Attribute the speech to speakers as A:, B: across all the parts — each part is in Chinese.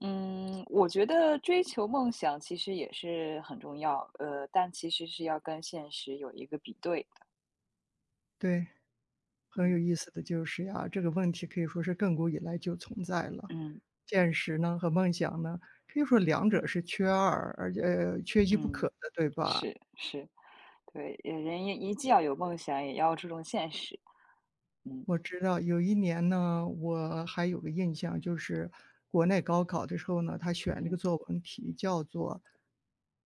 A: 嗯，我觉得追求梦想其实也是很重要，但其实是要跟现实有一个比对的。
B: 对，很有
A: 嗯。
B: 意思的就是呀，这个问题可以说是亘古以来就存在了。
A: 嗯。
B: 现实呢和梦想呢，可以说两者是缺二，而且缺一不可
A: 嗯，
B: 的，对吧？
A: 是是，对，人也一既要有梦想，也要注重现实。嗯。
B: 我知道有一年呢，我还有个印象，就是国内高考的时候呢，他选了个
A: 嗯。
B: 作文题叫做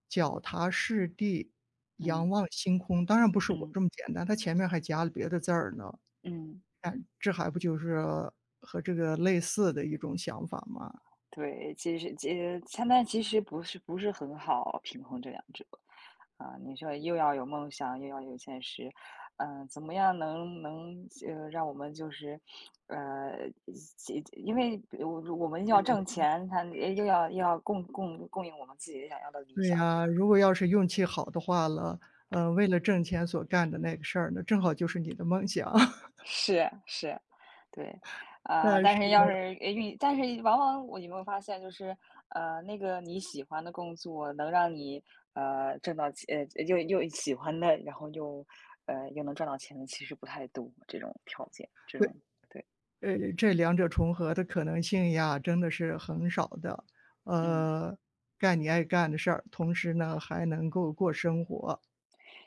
B: “脚踏实地，仰
A: 嗯。
B: 望星空”。当然不是我
A: 嗯。
B: 这么简单，他前面还加了别的字儿呢。
A: 嗯。
B: 哎，这还不就是和这个类似的一种想法吗？
A: 对，其实现在不是很好平衡这两者。啊，你说又要有梦想，又要有现实，嗯、怎么样能让我们就是，呃，因为我们要挣钱，又要供应我们自己想要的理
B: 对
A: 想，就
B: 呀，
A: 是。
B: 如果要是运气好的话了，为了挣钱所干的那个事儿呢，正好就是你的梦想。
A: 是是，对。啊、
B: 但
A: 但
B: 是
A: 是要是但是往往有没有发现，就是那个你喜欢的工作能让你挣到钱，又喜欢的，然后又能赚到钱的，其实不太多这种条件，这种。对。
B: 对，这两者重合的可能性呀，真的是很少的。
A: 嗯。
B: 呃，干你爱干的事儿，同时呢还能够过生活。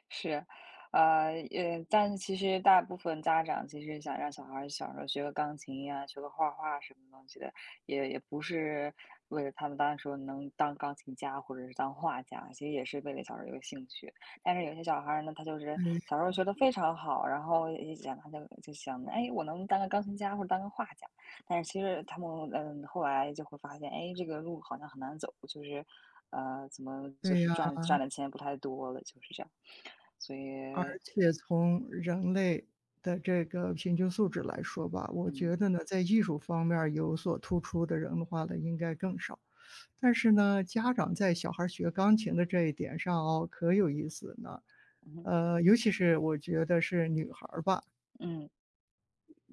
A: 是，但是其实大部分家长其实想让小孩儿小时候学个钢琴呀、学个画画什么东西的，也不是为了他们当时说能当钢琴家或者是当画家，其实也是为了小时候有个兴趣。但是有些小孩儿呢，他就是
B: 哎，
A: 小时候学的非常好，然后也想他就想，哎，我能当个钢琴家或者当个画家。但是其实他们后来就会发现，哎，这个路好像很难走，就是，怎么就
B: 对
A: 是
B: 呀，
A: 赚的钱不太多了，就是这样。所
B: 而
A: 以。
B: 且从人类的这个平均素质来说吧，我
A: 嗯。
B: 觉得呢，在艺术方面儿有所突出的人的话呢，应该更少。但是呢，家长在小孩儿学钢琴的这一点上哦，可有意思呢。
A: 嗯。
B: 尤其是我觉得是女孩儿吧，
A: 嗯。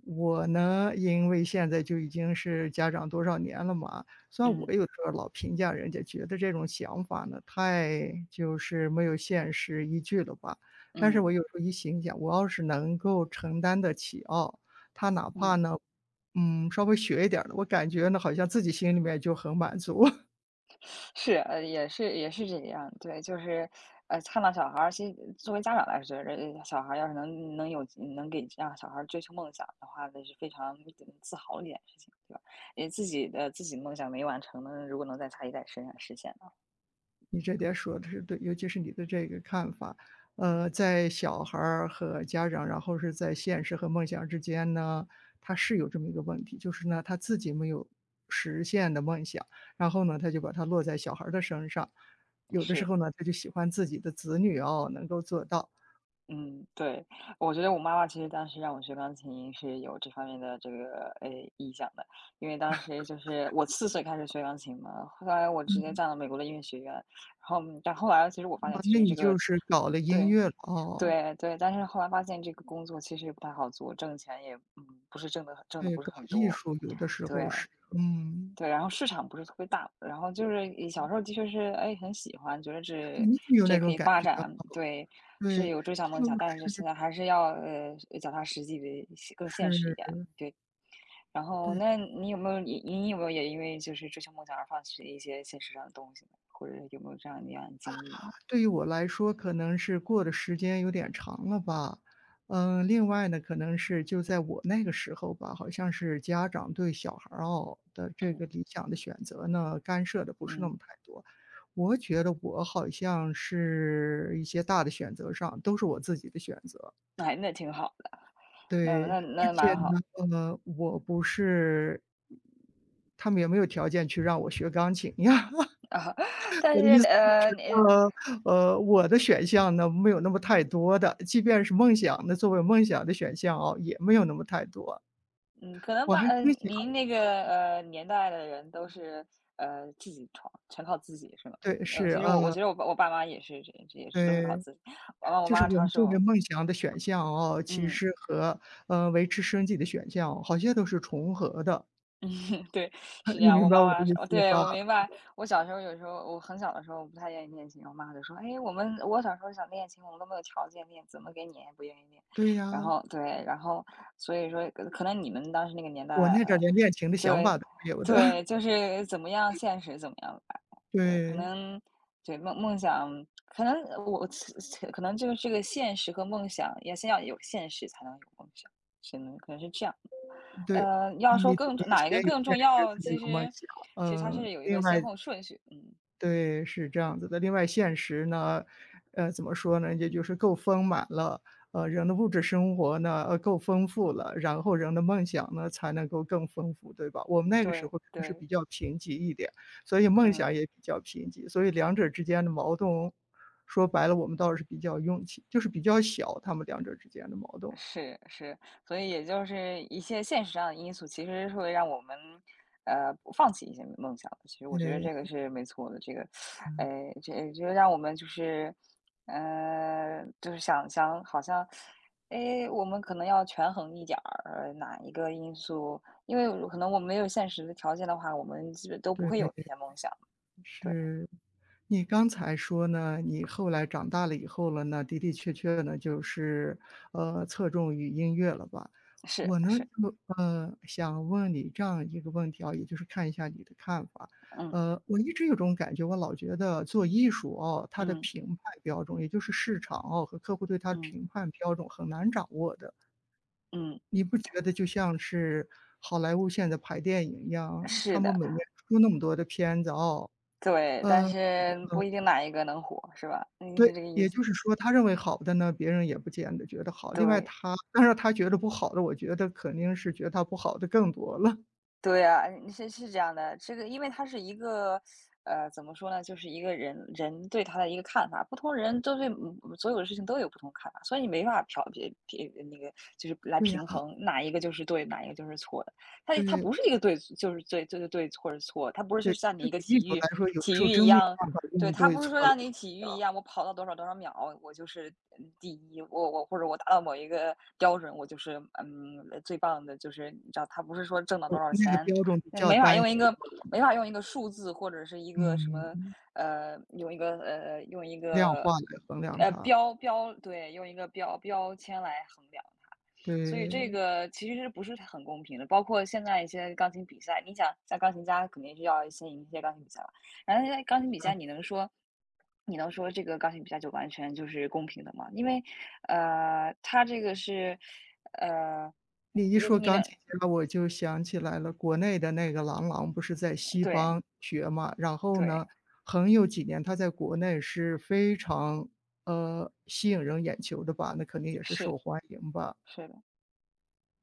B: 我呢，因为现在就已经是家长多少年了嘛，虽然
A: 嗯。
B: 我有时候老评价人家，觉得这种想法呢，太就是没有现实依据了吧。但是
A: 嗯。
B: 我有时候一心想，我要是能够承担得起哦，他哪怕
A: 嗯。
B: 呢，嗯，稍微学一点儿的，我感觉呢，好像自己心里面就很满足。
A: 是，也是这样，对，就是，看到小孩儿，其实作为家长来说，小孩儿要是能有让小孩儿追求梦想的话，那是非常自豪的一件事情，对吧？因为自己梦想没完成呢，如果能在下一代身上实现呢，
B: 你这点说的是对，尤其是你的这个看法，在小孩儿和家长，然后是在现实和梦想之间呢，他是有这么一个问题，就是呢，他自己没有实现的梦想，然后呢，他就把它落在小孩儿的身上，有的时
A: 是。
B: 候呢，他就喜欢自己的子女哦，能够做到。
A: 嗯，对，我觉得我妈妈其实当时让我学钢琴是有这方面的这个意向的，因为当时就是我四岁开始学钢琴嘛，后来我直接上了美国的音乐学院，但后来其实我发
B: 啊，
A: 现其
B: 那
A: 实
B: 你
A: 这
B: 就
A: 个。
B: 是搞了音
A: 对
B: 乐了哦，
A: 对，但是后来发现这个工作其实不太好做，挣钱也不是挣的
B: 对，
A: 不是
B: 搞
A: 很
B: 艺
A: 多。
B: 术有的时候
A: 对。
B: 是，嗯，
A: 对，然后市场不是特别大，然后就是以小时候的确是，哎，很喜欢，觉得
B: 对你有没有那
A: 这可
B: 种
A: 以
B: 感
A: 发
B: 觉啊？
A: 展。对，是
B: 对，
A: 有追想
B: 就是
A: 梦想，但是现在还是要脚踏实地的更现
B: 是，
A: 实一点。对。然后，
B: 对。
A: 那你有没有也因为就是追求梦想而放弃一些现实上的东西呢？或者有没有这样那样的经历？
B: 对于我来说，可能是过的时间有点长了吧。嗯，另外呢，可能是就在我那个时候吧，好像是家长对小孩儿哦的这
A: 嗯。
B: 个理想的选择呢，干涉的不是那么
A: 嗯，
B: 太多。我觉得我好像是一些大的选择上都是我自己的选择，
A: 哎，那挺好的，那
B: 对，
A: 那
B: 而
A: 那
B: 且
A: 蛮
B: 呢，
A: 好。
B: 我不是他们也没有条件去让我学钢琴呀。
A: 啊。但
B: 我
A: 是
B: 的意思
A: 呃，
B: 就是，
A: 你。
B: 呃我的选项呢，没有那么太多的，即便是梦想，那作为梦想的选项啊，也没有那么太多。
A: 嗯，可能
B: 我
A: 吧，
B: 还真想
A: 您那个年代的人都是自己闯，全靠自己是吗？
B: 对，是，
A: 其实我觉得我爸妈也是这也是都是靠
B: 对，
A: 自己。我爸我
B: 就是
A: 妈
B: 我
A: 常
B: 们作为
A: 说。
B: 梦想的选项哦，其
A: 嗯。
B: 实和，维持生计的选项哦好像都是重合的，
A: 嗯。对，是 这
B: 你
A: 样。我
B: 明白
A: 妈
B: 我的
A: 妈说，
B: 意
A: 哦
B: 思
A: 对，
B: 吧？
A: 我明白。我小时候有时候，我很小的时候我不太愿意练琴，我妈就说：“哎，我小时候想练琴，我们都没有条件练，怎么给你也不愿意练。”
B: 对
A: 然
B: 呀，
A: 后对，然后所以说，可能你们当时那个年
B: 我
A: 代，
B: 那阵儿
A: 呃，
B: 连恋情的想
A: 对。
B: 法都没有的，
A: 对，就是怎么样现实怎么样吧？对，可
B: 对，
A: 能对梦想，可能我可能就是这个现实和梦想，也先要有现实才能有梦想，只能可能是这样。
B: 对，
A: 要
B: 一
A: 说更重哪一个
B: 先有
A: 更
B: 现
A: 重
B: 实，
A: 要，
B: 才有
A: 其
B: 梦
A: 实
B: 想。
A: 其实它
B: 嗯，
A: 是有一
B: 另
A: 个
B: 外
A: 先后顺序。嗯。
B: 对，是这样子的。另外现实呢，怎么说呢，也就是够丰满了，人的物质生活呢，够丰富了，然后人的梦想呢，才能够更丰富，对吧？我们那个时
A: 对
B: 候可能是
A: 对。
B: 比较贫瘠一点，所以梦想
A: 嗯。
B: 也比较贫瘠，所以两者之间的矛盾，说白了，我们倒是比较用气就是比较小，他们两者之间的矛盾。
A: 是是，所以也就是一些现实上的因素，其实是会让我们放弃一些梦想的，其实我觉得
B: 对，
A: 这个是没错的，这个，哎，这就让我们就是就是想想好像。诶，我们可能要权衡一点儿，哪一个因素？因为可能我们没有现实的条件的话，我们基本都不会有
B: 对。
A: 一些梦想。对。
B: 是，你刚才说呢，你后来长大了以后了呢，的的确确呢，就是，侧重于音乐了吧？
A: 是
B: 我呢，
A: 是。
B: 就想问你这样一个问题啊，也就是看一下你的看法。
A: 嗯。
B: 我一直有种感觉，我老觉得做艺术哦，它的
A: 嗯。
B: 评判标准，也就是市场哦和客户对它的
A: 嗯。
B: 评判标准很难掌握的。
A: 嗯。
B: 你不觉得就像是好莱坞现在拍电影一样，他
A: 是
B: 们
A: 的。
B: 每年出那么多的片子哦，
A: 对，但
B: 呃。
A: 是不一定哪一个能火，是吧？你
B: 对，
A: 是这个意
B: 也
A: 思。
B: 就是说他认为好的呢，别人也不见得觉得好。另外
A: 对。
B: 他但是他觉得不好的，我觉得肯定是觉得他不好的更多了。
A: 对啊，是是这样的，这个因为它是一个，怎么说呢，就是一个人对他的一个看法，不同人都对所有的事情都有不同看法，所以你没办法调别别那个，就是来
B: 对呀，
A: 平衡哪一个就是对，哪一个就是错的。它
B: 对，
A: 不是一个对，就是对，就是对或者错，它不是就
B: 对，
A: 像你
B: 对
A: 一个
B: 于艺术来说，有的
A: 体
B: 时
A: 育
B: 候
A: 一
B: 真没有
A: 样。
B: 办法
A: 对，
B: 用
A: 它
B: 对
A: 不是
B: 错
A: 说
B: 了，
A: 像你体育一样，我跑到多少多少秒，我就是第一，我或者我达到某一个标准，我就是最棒的，就是你知道，它不是说挣到多少
B: 那个
A: 钱，
B: 标准比
A: 那
B: 较
A: 没法
B: 单一，
A: 用一个数字或者是一个什么
B: 嗯，
A: 呃用一个呃用一
B: 量
A: 个
B: 化来衡量它，
A: 用一个标签来衡量它。所以这
B: 对。
A: 个其实是不是很公平的？包括现在一些钢琴比赛，你想像钢琴家肯定是要先赢一些钢琴比赛吧。然后在钢琴比赛，
B: 啊，
A: 你能说这个钢琴比赛就完全就是公平的吗？因为，他这个是，呃，
B: 你一
A: 你
B: 说
A: 你
B: 钢
A: 能。
B: 琴家，我就想起来了，国内的那个郎朗不是在西
A: 对。
B: 方学嘛，然后呢，
A: 对，
B: 很有几年他在国内是非常吸引人眼球的吧，那肯定也是受
A: 是
B: 欢迎吧。
A: 是的。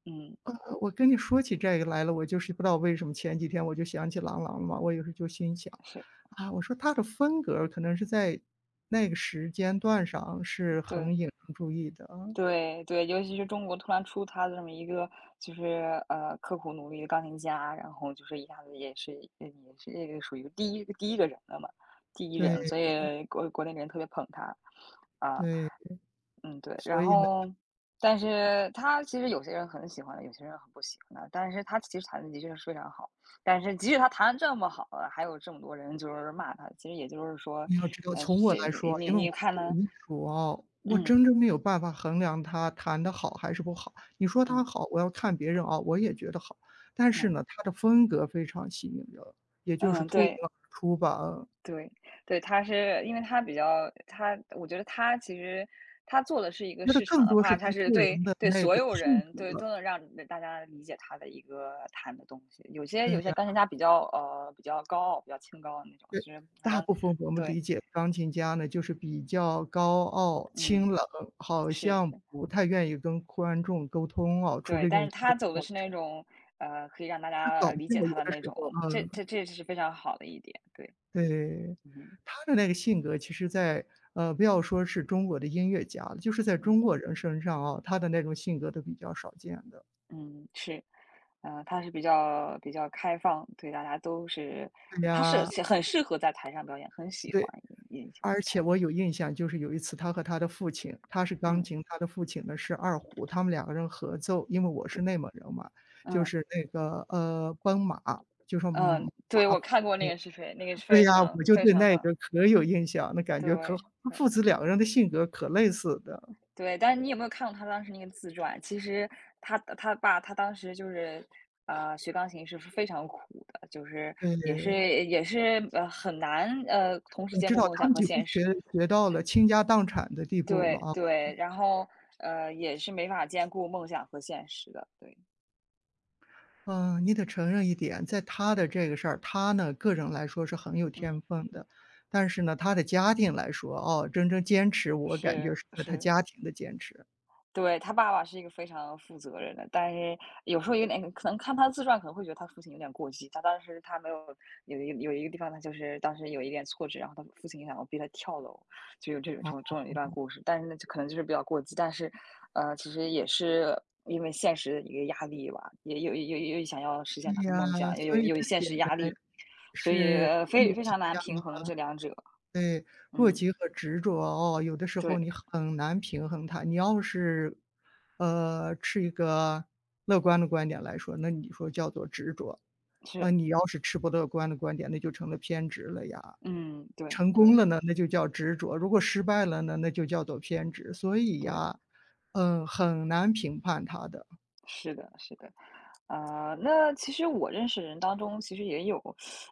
A: 嗯，
B: 我跟你说起这个来了，我就是不知道为什么前几天我就想起郎朗了嘛，我有时候就心想，
A: 是。
B: 啊，我说他的风格可能是在那个时间段上是
A: 对
B: 很引人注意的啊，
A: 对对，尤其是中国突然出他的这么一个就是刻苦努力的钢琴家，然后就是一下子也是也是这个属于第一个人了嘛，第一人，
B: 对
A: 所以国内人特别捧他。啊、
B: 对，
A: 嗯，对，
B: 所
A: 然
B: 以呢。
A: 后但是他其实有些人很喜欢的，有些人很不喜欢的，但是他其实弹的的确是非常好，但是即使他弹得这么好了，还有这么多人就是骂他，其实也就是说，
B: 你要知道，从我
A: 这
B: 来说，
A: 你
B: 因为我
A: 你
B: 不
A: 看
B: 懂
A: 呢？
B: 艺术啊，我
A: 嗯。
B: 真正没有办法衡量它弹得好还是不好。你说它
A: 嗯。
B: 好，我要看别人啊，我也觉得好，但是
A: 嗯。
B: 呢，他的风格非常吸引人，也就是
A: 嗯。
B: 脱颖
A: 对。
B: 而出吧，嗯。
A: 对。对，他是因为他比较他我觉得他其实他做的是一个
B: 觉得
A: 市
B: 更
A: 场的
B: 多是
A: 话，他
B: 他
A: 是
B: 个
A: 对
B: 人的
A: 对
B: 那
A: 所
B: 个
A: 有
B: 性
A: 人，
B: 格
A: 对，
B: 了，
A: 都能让大家理解他的一个谈的东西。
B: 对
A: 有些
B: 呀，
A: 钢琴家比较，比较高傲，比较清高的那种，
B: 对。
A: 其实好
B: 大
A: 像
B: 部分我们
A: 对。
B: 理解钢琴家呢，就是比较高傲、
A: 嗯。
B: 清冷，好
A: 是
B: 像
A: 是，
B: 不太愿意跟观众沟通哦。除
A: 对，
B: 了用
A: 但
B: 音
A: 是
B: 乐
A: 他走
B: 方
A: 的是
B: 式。
A: 那种，可以让大
B: 他
A: 家
B: 搞笑
A: 理解
B: 有
A: 他的
B: 的
A: 那
B: 时候，
A: 种，这
B: 嗯。
A: 这这是非常好的一点。对。
B: 对，
A: 嗯。
B: 他的那个性格其实在不要说是中国的音乐家了，就是在
A: 嗯。
B: 中国人身上啊，他的那种性格都比较少见的。
A: 嗯。是，他是比较开放，对大家都是。
B: 对
A: 他是
B: 呀，
A: 很适合在台上表演，很喜
B: 对，
A: 欢也你
B: 而
A: 看。
B: 且我有印象，就是有一次他和他的父亲，他是钢
A: 嗯。
B: 琴，他的父亲呢是二胡，他们两个人合奏，因为我是内蒙人嘛，就
A: 嗯。
B: 是那个奔马，就说
A: 嗯，
B: 嗯马
A: 对，
B: 跑，
A: 我看过那个视频，那个是
B: 对
A: 非
B: 呀，我
A: 常
B: 就
A: 非
B: 对
A: 常
B: 那
A: 棒。
B: 个可有印象，那感觉可好，
A: 对对
B: 父子两个人的性格可类似的，
A: 对，但是你有没有看过他当时那个自传？其实他当时就是。学钢琴是非常苦的，就是也是
B: 对。
A: 也是很难同时
B: 我
A: 兼
B: 知
A: 顾
B: 道
A: 梦
B: 他
A: 想
B: 们
A: 和
B: 几乎
A: 现
B: 学
A: 实。
B: 到了倾家荡产的地步了
A: 对
B: 啊。
A: 对，然后，也是没法兼顾梦想和现实的。对。
B: 嗯，你得承认一点，在他的这个事儿，他呢，个人来说是很有天
A: 嗯。
B: 分的，但是呢，他的家庭来说，哦，真正坚持，我感觉
A: 是
B: 是在他
A: 是。
B: 家庭的坚持。
A: 对，他爸爸是一个非常负责任的，但是有时候有点可能看他自传可能会觉得他父亲有点过激。他当时他没有有一个地方，他就是当时有一点挫折，然后他父亲想要逼他跳楼，就有
B: 哦，
A: 这种一段故事。但是呢，就可能就是比较过激，但是其实也是因为现实的一个压力吧，也有想要实现他
B: 对
A: 的
B: 呀，
A: 梦想，又
B: 所以
A: 有
B: 这一
A: 现
B: 点
A: 实
B: 呢，
A: 压力，所以
B: 是不。
A: 非常难平衡这两者。
B: 过
A: 嗯，
B: 激和执着哦，有的时候
A: 对，
B: 你很难平衡它。你要是，持一个乐观的观点来说，那你说叫做执着。啊，
A: 是，
B: 你要是持不乐观的观点，那就成了偏执了呀。
A: 嗯，对
B: 成功
A: 对
B: 了呢，那就叫执着；如果失败了呢，那就叫做偏执。所以
A: 对。
B: 呀，嗯，很难评判它的。
A: 是的，是的，那其实我认识人当中，其实也有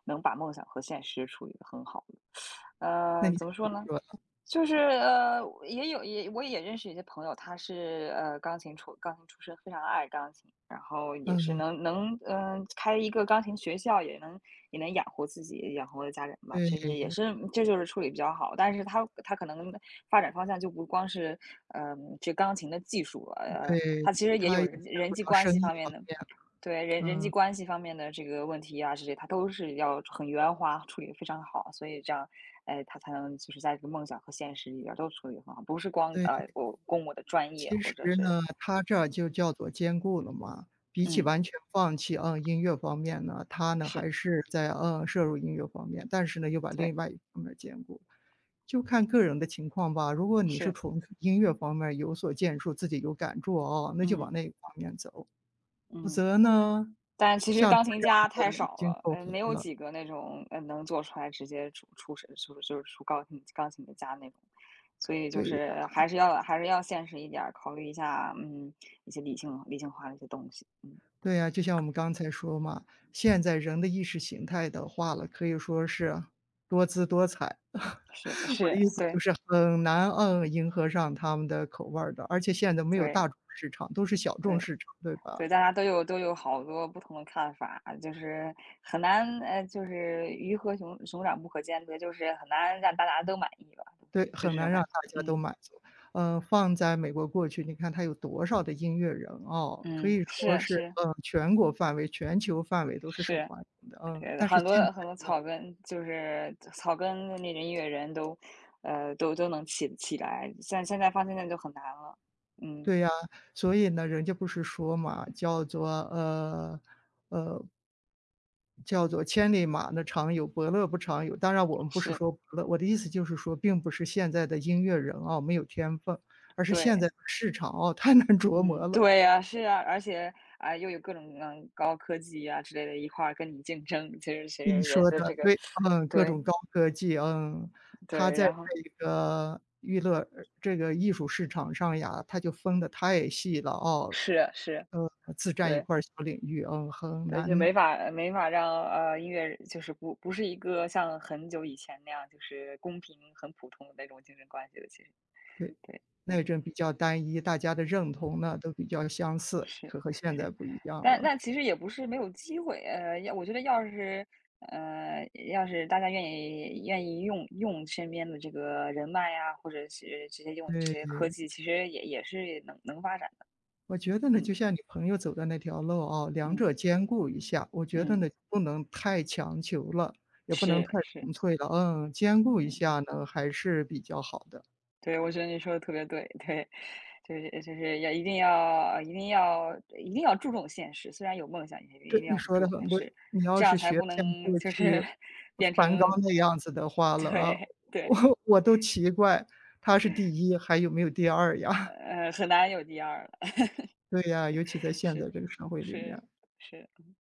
A: 能把梦想和现实处理得很好的，
B: 那你是
A: 怎么
B: 不
A: 说
B: 是
A: 呢？
B: 说
A: 就是也有也我也认识一些朋友，他是钢琴出身，非常爱钢琴，然后也是
B: 嗯，
A: 能开一个钢琴学校，也能养活自己，养活家人吧。
B: 对
A: 其实也是这就是处理比较好，但是他可能发展方向就不光是这钢琴的技术了，
B: 对，
A: 他其实也
B: 他
A: 有
B: 也
A: 人
B: 牵
A: 人
B: 扯
A: 际
B: 到
A: 关
B: 生
A: 系
B: 意
A: 方面
B: 方
A: 的
B: 面，
A: 对，人人际
B: 嗯，
A: 关系方面的这个问题啊这些他都是要很圆滑，处理得非常好，所以这样，哎，他才能就是在这个梦想和现实里边儿都处理得很好，不是光
B: 对。
A: 我供我的专业
B: 其
A: 或
B: 实
A: 者是，
B: 呢，它这就叫做兼顾了嘛。比起
A: 嗯，
B: 完全放弃，嗯，音乐方面呢，他呢
A: 是，
B: 还是在，嗯，摄入音乐方面，但是呢，又把
A: 对，
B: 另外一方面兼顾。就看个人的情况吧，如果你是
A: 是，
B: 从音乐方面有所建树，自己有感触哦，那就
A: 嗯
B: 往那个方面走。否
A: 嗯，
B: 则呢，
A: 但其实
B: 像他
A: 钢琴
B: 这
A: 家太
B: 样子已
A: 少
B: 经
A: 了，
B: 够好
A: 没有
B: 了。
A: 几个那种能做出来直接出身就是出钢琴的家那种，所以就
B: 对呀，
A: 是还是要现实一点儿，考虑一下，一些理性化的一些东西，嗯。
B: 对呀，就像我们刚才说嘛，现在人的意识形态的话了，可以说是多姿多彩。
A: 是
B: 我的
A: 是，
B: 意思
A: 对
B: 就是很难，嗯，迎合上他们的口味儿的，而且现在都没有大
A: 对
B: 众市场，都是小众
A: 对
B: 市场，对吧？
A: 对，大家都有好多不同的看法，就是很难，就是鱼和熊掌不可兼得，就是很难让大家都满意吧，
B: 对，
A: 就
B: 很
A: 是这种
B: 难让
A: 感觉。
B: 大家都
A: 嗯
B: 满足。嗯，放在美国过去，你看它有多少的音乐人哦，可
A: 嗯，
B: 以说
A: 是
B: 是，
A: 是
B: 嗯全国范围、全球范围都是受
A: 是，
B: 欢迎的，嗯。
A: 对，
B: 但是
A: 很
B: 现
A: 多很多草根就是草根的那种音乐人都，都能起来，像现在现在就很难了。嗯，
B: 对呀，所以呢，人家不是说嘛，叫做，叫做“千里马呢常有，伯乐不常有”。当然，我们不是
A: 是，
B: 说伯乐，我的意思就是说，并不是现在的音乐人啊没有天分，而是现在
A: 对。
B: 的市场哦太难琢磨
A: 嗯，
B: 了。
A: 对呀，是啊，而且啊，又有各种高科技呀、之类的一块儿跟你竞争，其实其
B: 你
A: 实人
B: 说
A: 的
B: 的
A: 这个，
B: 对，嗯，各
A: 对
B: 种高科技，嗯，它
A: 对，
B: 在
A: 然后
B: 这个娱乐这个艺术市场上呀，它就分得太细了哦，
A: 是啊是啊，
B: 呃，自占一
A: 对
B: 块儿小领域，嗯，很
A: 对，就
B: 难
A: 没法让音乐就是不是一个像很久以前那样就是公平很普通的那种竞争关系了，其实
B: 对，
A: 对，嗯
B: 那阵比较单一，大家的认同
A: 嗯。
B: 呢都比较相似，
A: 是
B: 可和现在
A: 是，
B: 不一样
A: 但
B: 了。
A: 但其实也不是没有机会，我觉得要是大家愿意用身边的这个人脉呀，或者是直接用这
B: 对，
A: 些科技，其实也是能发展的，
B: 我觉得呢，
A: 嗯
B: 就像你朋友走的那条路啊，两
A: 嗯
B: 者兼顾一下。我觉得
A: 嗯，
B: 呢，不能太强求了，也不能
A: 是
B: 太
A: 是，
B: 纯粹了，嗯，兼顾一
A: 嗯，
B: 下呢，还是比较好的。
A: 对，我觉得你说的特别对，对，就是要一定要一定要一定要注重现实，虽然有梦想，也一
B: 对，
A: 定
B: 你
A: 要是
B: 说
A: 注
B: 的
A: 重
B: 很
A: 现
B: 对，
A: 实，
B: 你要
A: 这
B: 是
A: 样才
B: 学
A: 不
B: 像
A: 能
B: 过
A: 就
B: 去
A: 是 变
B: 梵高
A: 成
B: 那样子的话了啊，
A: 对对。
B: 我都奇怪他是第一，还有没有第二呀？
A: 很难有第二了，
B: 对呀，尤其在 现在
A: 是
B: 这个社会里面。
A: 是是。